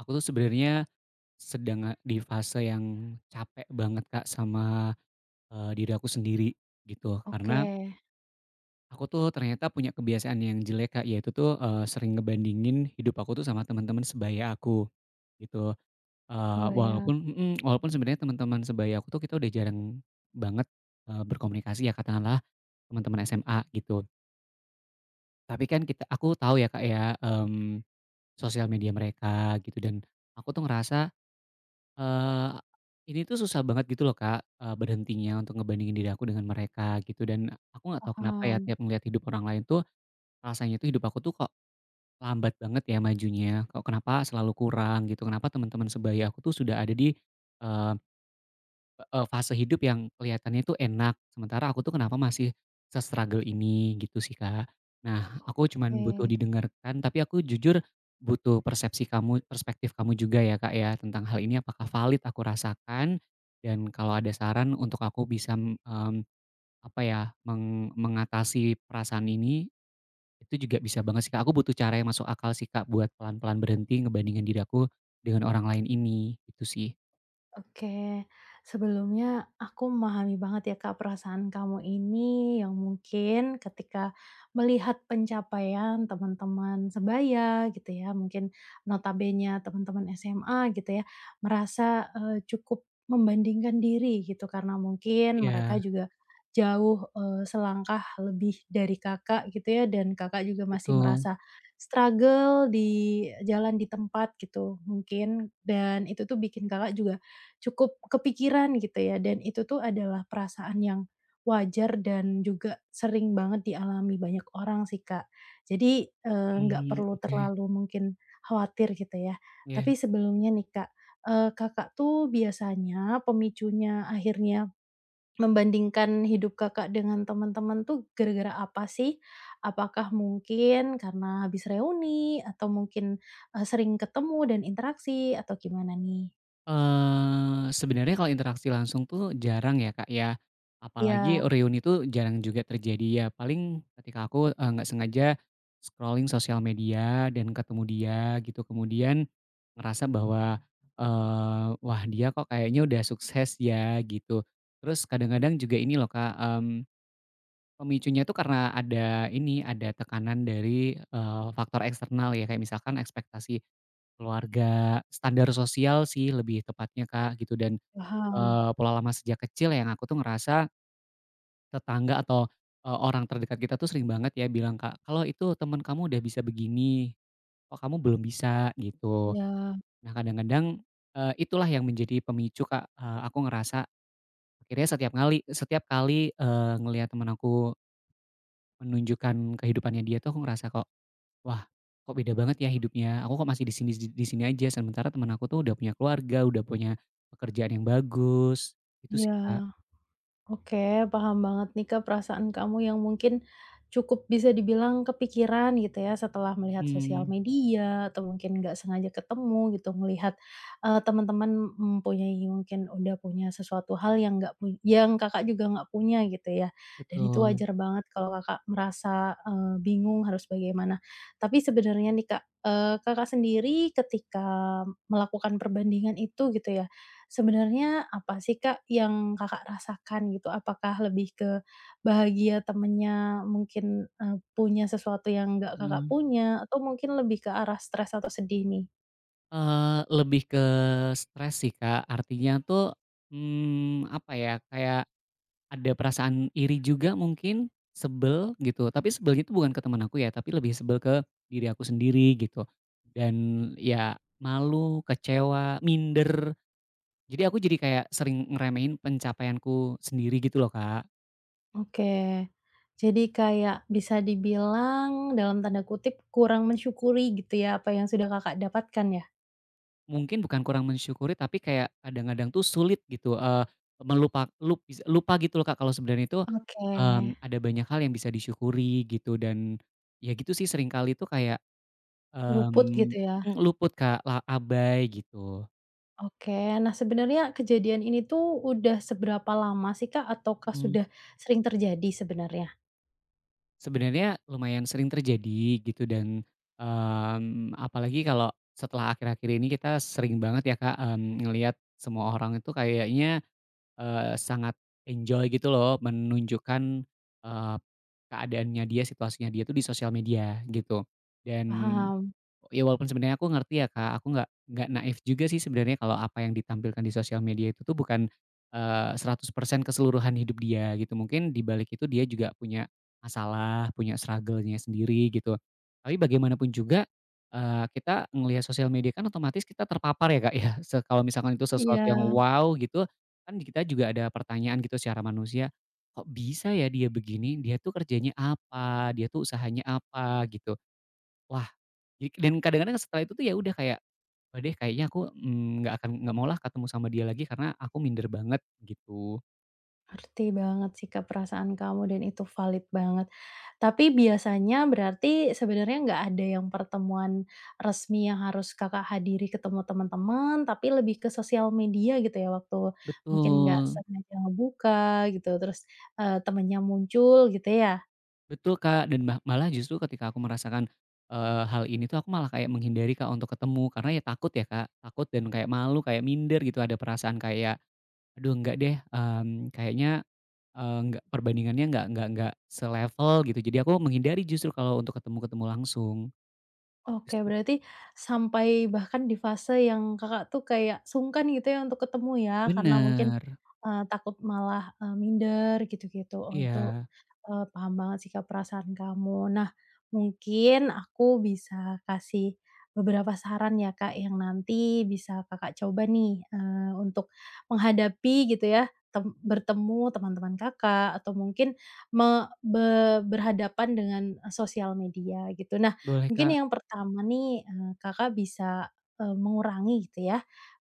Aku tuh sebenarnya sedang di fase yang capek banget, Kak, sama, diri aku sendiri gitu. Oke. Karena aku tuh ternyata punya kebiasaan yang jelek, Kak, yaitu tuh, sering ngebandingin hidup aku tuh sama teman-teman sebaya aku gitu. Eee, Kebayang. walaupun mhm, walaupun sebenarnya teman-teman sebaya aku tuh kita udah jarang banget, berkomunikasi ya katakanlah teman-teman SMA gitu. Tapi kan aku tahu ya, Kak, ya, sosial media mereka gitu dan aku tuh ngerasa Eee, ini tuh susah banget gitu loh, Kak, berhentinya untuk ngebandingin diri aku dengan mereka gitu dan aku nggak tahu kenapa ya Paham. tiap ngelihat hidup orang lain tuh rasanya tuh hidup aku tuh kok lambat banget ya majunya, kok kenapa selalu kurang gitu, kenapa teman-teman sebaya aku tuh sudah ada di, fase hidup yang kelihatannya itu enak, sementara aku tuh kenapa masih se-struggle ini, gitu sih, Kak. Nah, aku Oke. cuman butuh Oke. didengarkan, tapi aku jujur butuh persepsi kamu perspektif kamu juga ya, Kak, ya, tentang hal ini apakah valid aku rasakan, dan kalau ada saran untuk aku bisa, apa ya, mengatasi perasaan ini, itu juga bisa banget sih, Kak. Aku butuh cara yang masuk akal sih, Kak, buat pelan-pelan berhenti ngebandingin diri aku dengan orang lain ini, itu sih. Oke, sebelumnya aku memahami banget ya Kak perasaan kamu ini yang mungkin ketika melihat pencapaian teman-teman sebaya gitu ya, mungkin notabene teman-teman SMA gitu ya, merasa, cukup membandingkan diri gitu karena mungkin mereka Iya, juga jauh, selangkah lebih dari Kakak gitu ya dan Kakak juga masih betul. merasa struggle di jalan di tempat gitu mungkin dan itu tuh bikin Kakak juga cukup kepikiran gitu ya dan itu tuh adalah perasaan yang wajar dan juga sering banget dialami banyak orang sih, Kak. Jadi, nggak Mmm, perlu oke. terlalu mungkin khawatir gitu ya. Tapi Iya. sebelumnya nih, Kak, Kakak tuh biasanya pemicunya akhirnya membandingkan hidup Kakak dengan teman-teman tuh gara-gara apa sih? Apakah mungkin karena habis reuni atau mungkin, sering ketemu dan interaksi atau gimana nih? Sebenarnya kalau interaksi langsung tuh jarang ya, Kak, ya. Iya. Apalagi reuni itu jarang juga terjadi ya, paling ketika aku, nggak sengaja scrolling sosial media dan ketemu dia gitu, kemudian ngerasa bahwa, "Wah, dia kok kayaknya udah sukses ya," gitu. Terus kadang-kadang juga ini loh, Kak, pemicunya tuh karena ada tekanan dari, faktor eksternal ya, kayak misalkan ekspektasi keluarga, standar sosial sih lebih tepatnya, Kak, gitu dan, Paham. Pola lama sejak kecil yang aku tuh ngerasa tetangga atau, orang terdekat kita tuh sering banget ya bilang, Kak, "Kalau itu temen kamu udah bisa begini, kok kamu belum bisa?" Gitu. Iya, Nah kadang-kadang, itulah yang menjadi pemicu, Kak, aku ngerasa akhirnya setiap kali, ngelihat temen aku menunjukkan kehidupannya dia tuh aku ngerasa kok, wah, kok beda banget ya hidupnya, aku kok masih di sini aja, sementara teman aku tuh udah punya keluarga, udah punya pekerjaan yang bagus. Itu sih, Kak. iya. Oke, paham banget nih, Kak, perasaan kamu yang mungkin cukup bisa dibilang kepikiran gitu ya setelah melihat sosial Mhm, media atau mungkin nggak sengaja ketemu gitu, melihat teman-teman mempunyai mungkin udah punya sesuatu hal yang nggak pu yang Kakak juga nggak punya gitu ya. Dan itu betul, wajar banget kalau Kakak merasa, bingung harus bagaimana. Tapi sebenarnya nih, Kak, Kakak sendiri ketika melakukan perbandingan itu gitu ya, sebenarnya apa sih, Kak, yang Kakak rasakan gitu? Apakah lebih ke bahagia temennya mungkin, punya sesuatu yang nggak Kakak mhm. punya, atau mungkin lebih ke arah stres atau sedih nih? Lebih ke stres sih, Kak, artinya tuh, apa ya, kayak ada perasaan iri juga mungkin, sebel gitu, tapi sebelnya itu bukan ke teman aku ya, tapi lebih sebel ke diri aku sendiri gitu, dan ya malu, kecewa, minder. Jadi aku jadi kayak sering ngeremehin pencapaianku sendiri gitu loh, Kak. Oke. Jadi kayak bisa dibilang dalam tanda kutip kurang mensyukuri gitu ya apa yang sudah Kakak dapatkan ya? Mungkin bukan kurang mensyukuri tapi kayak kadang-kadang tuh sulit gitu, melupa lup lupa gitu loh, Kak, kalau sebenarnya itu, Oke, ada banyak hal yang bisa disyukuri gitu dan ya gitu sih sering kali tuh kayak, luput mmm, gitu ya? mhm, luput, Kak, abai gitu. Oke. Nah sebenarnya kejadian ini tuh udah seberapa lama sih, Kak? Ataukah Mhm, sudah sering terjadi sebenarnya? sebenarnya lumayan sering terjadi gitu dan, apalagi kalau setelah akhir-akhir ini kita sering banget ya, Kak, ngelihat semua orang itu kayaknya sangat enjoy gitu loh menunjukkan, eee, keadaannya dia, situasinya dia tuh di sosial media gitu. Dan Paham. ya walaupun sebenarnya aku ngerti ya Kak, aku nggak naif juga sih sebenarnya kalau apa yang ditampilkan di sosial media itu tuh bukan, 100% keseluruhan hidup dia gitu. Mungkin di balik itu dia juga punya masalah, punya struggle-nya sendiri gitu. Tapi bagaimanapun juga, kita ngelihat sosial media kan otomatis kita terpapar ya Kak ya, kalau misalkan itu sesuatu Iya, yang wow gitu, kan kita juga ada pertanyaan gitu secara manusia, "Kok bisa ya dia begini? Dia tuh kerjanya apa? Dia tuh usahanya apa?" Gitu. Wah, jadi dan kadang-kadang setelah itu tuh ya udah kayak, "Wah deh kayaknya aku, nggak maulah ketemu sama dia lagi karena aku minder banget," gitu. ngerti banget sih, Kak, perasaan kamu dan itu valid banget. Tapi biasanya berarti sebenarnya nggak ada yang pertemuan resmi yang harus Kakak hadiri ketemu teman-teman, tapi lebih ke sosial media gitu ya, waktu mungkin nggak Betul, sengaja ngebuka gitu, terus, temennya muncul gitu ya? betul Kak, dan malah justru ketika aku merasakan, hal ini tuh aku malah kayak menghindari Kak untuk ketemu karena ya takut ya Kak, takut dan kayak malu, kayak minder gitu, ada perasaan kayak, "Aduh nggak deh, kayaknya, nggak perbandingannya nggak selevel," gitu. Jadi aku menghindari justru kalau untuk ketemu-ketemu langsung. Oke, Terus berarti sampai bahkan di fase yang Kakak tuh kayak sungkan gitu ya untuk ketemu ya, karena mungkin, bener, takut malah, minder gitu-gitu. Oh itu, iya, paham banget sih Kak perasaan kamu. Nah, mungkin aku bisa kasih beberapa saran ya Kak, yang nanti bisa Kakak coba nih, untuk menghadapi gitu ya, bertemu teman-teman Kakak, atau mungkin me be berhadapan dengan sosial media gitu. Nah, boleh mungkin Kak, yang pertama nih, Kakak bisa, mengurangi gitu ya,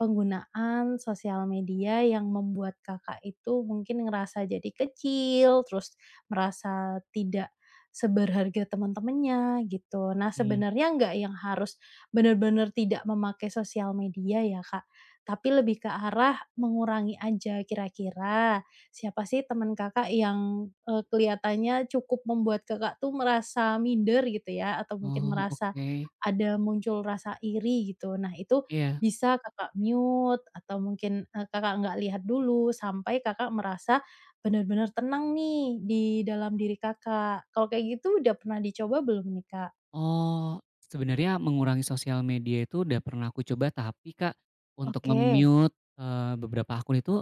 penggunaan sosial media yang membuat Kakak itu mungkin ngerasa jadi kecil, terus merasa tidak seberharga teman-temannya gitu. Nah, mhm. sebenarnya nggak yang harus benar-benar tidak memakai sosial media ya, Kak, tapi lebih ke arah mengurangi aja kira-kira. Siapa sih teman Kakak yang, kelihatannya cukup membuat Kakak tuh merasa minder gitu ya, atau mungkin Oh, merasa oke. ada muncul rasa iri gitu. Nah itu Iya. bisa Kakak mute atau mungkin, Kakak nggak lihat dulu sampai Kakak merasa benar-benar tenang nih di dalam diri Kakak. Kalau kayak gitu udah pernah dicoba belum nih, Kak? Oh, sebenarnya mengurangi sosial media itu udah pernah aku coba, tapi Kak, untuk Oke. nge-mute, beberapa akun itu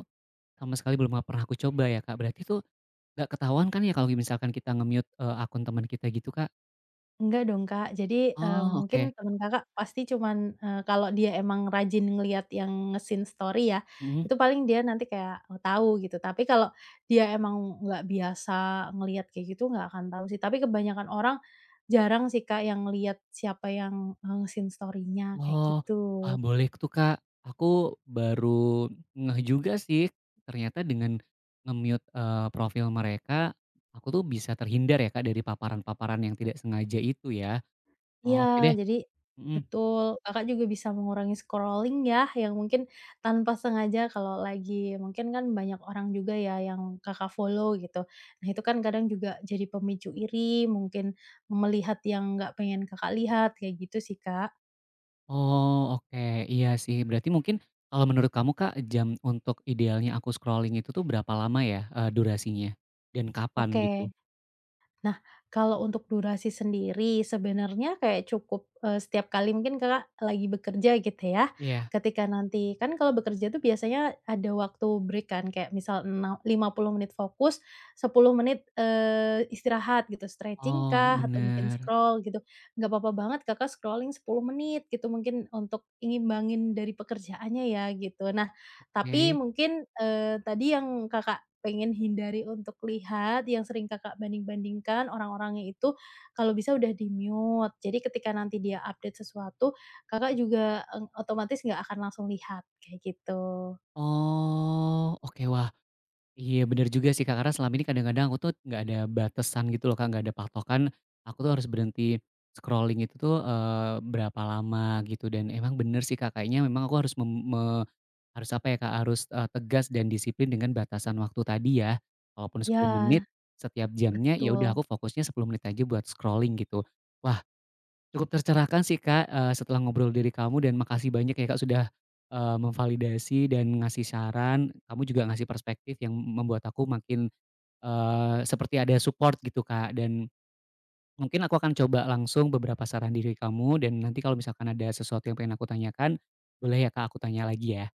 sama sekali belum pernah aku coba ya, Kak. Berarti itu nggak ketahuan kan ya kalau misalkan kita nge-mute, akun teman kita gitu, Kak? Enggak dong, Kak. Jadi, Oh, oke. mungkin temen Kakak pasti cuman, kalau dia emang rajin ngelihat yang nge-scene story ya, Mhm. itu paling dia nanti kayak, tahu gitu. Tapi kalau dia emang nggak biasa ngelihat kayak gitu, nggak akan tahu sih. Tapi kebanyakan orang jarang sih, Kak, yang lihat siapa yang, nge-scene story-nya, kayak Oh, gitu. ah boleh tuh, Kak. Aku baru ngeh juga sih, ternyata dengan nge-mute, profil mereka, aku tuh bisa terhindar ya, Kak, dari paparan-paparan yang tidak sengaja itu ya. Oke deh, Iya, jadi mhm. betul, Kakak juga bisa mengurangi scrolling ya, yang mungkin tanpa sengaja kalau lagi mungkin kan banyak orang juga ya yang Kakak follow gitu. Nah, itu kan kadang juga jadi pemicu iri, mungkin melihat yang nggak pengen Kakak lihat, kayak gitu sih, Kak. Oh, oke, iya sih, berarti mungkin kalau menurut kamu, Kak, jam untuk idealnya aku scrolling itu tuh berapa lama ya, durasinya? Dan kapan gitu? Oke. Nah, kalau untuk durasi sendiri sebenarnya kayak cukup, setiap kali mungkin Kakak lagi bekerja gitu ya, Iya. ketika nanti kan kalau bekerja tuh biasanya ada waktu break kan, kayak misal 50 menit fokus, 10 menit, istirahat gitu, stretching Oh, kah atau mungkin bener, scroll gitu. Nggak apa-apa banget Kakak scrolling 10 menit gitu mungkin untuk ngimbangin dari pekerjaannya ya gitu. Nah tapi oke. mungkin, tadi yang Kakak pengen hindari untuk lihat, yang sering Kakak banding-bandingkan orang-orangnya itu, kalau bisa udah di-mute. Jadi ketika nanti dia update sesuatu, Kakak juga, otomatis nggak akan langsung lihat, kayak gitu. Oh, oke, wah, iya bener juga sih, Kak, karena selama ini kadang-kadang aku tuh nggak ada batasan gitu loh, Kak, nggak ada patokan, aku tuh harus berhenti scrolling itu tuh, berapa lama gitu dan emang bener sih, Kak, kayaknya memang aku harus harus apa ya Kak, harus, tegas dan disiplin dengan batasan waktu tadi ya, walaupun 10 Ya menit, setiap jamnya ya udah betul. aku fokusnya 10 menit aja buat scrolling gitu. Wah, cukup tercerahkan sih, Kak, setelah ngobrol dari kamu dan makasih banyak ya Kak sudah, memvalidasi dan ngasih saran. Kamu juga ngasih perspektif yang membuat aku makin, seperti ada support gitu, Kak. Dan mungkin aku akan coba langsung beberapa saran dari kamu dan nanti kalau misalkan ada sesuatu yang pengen aku tanyakan, boleh ya Kak aku tanya lagi ya?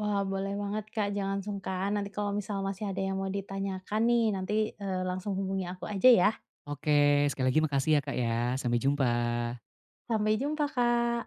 Wah, boleh banget Kak, jangan sungkan. Nanti kalau misal masih ada yang mau ditanyakan nih, nanti, langsung hubungi aku aja ya. Oke, sekali lagi makasih ya Kak ya. Sampai jumpa. Sampai jumpa, Kak.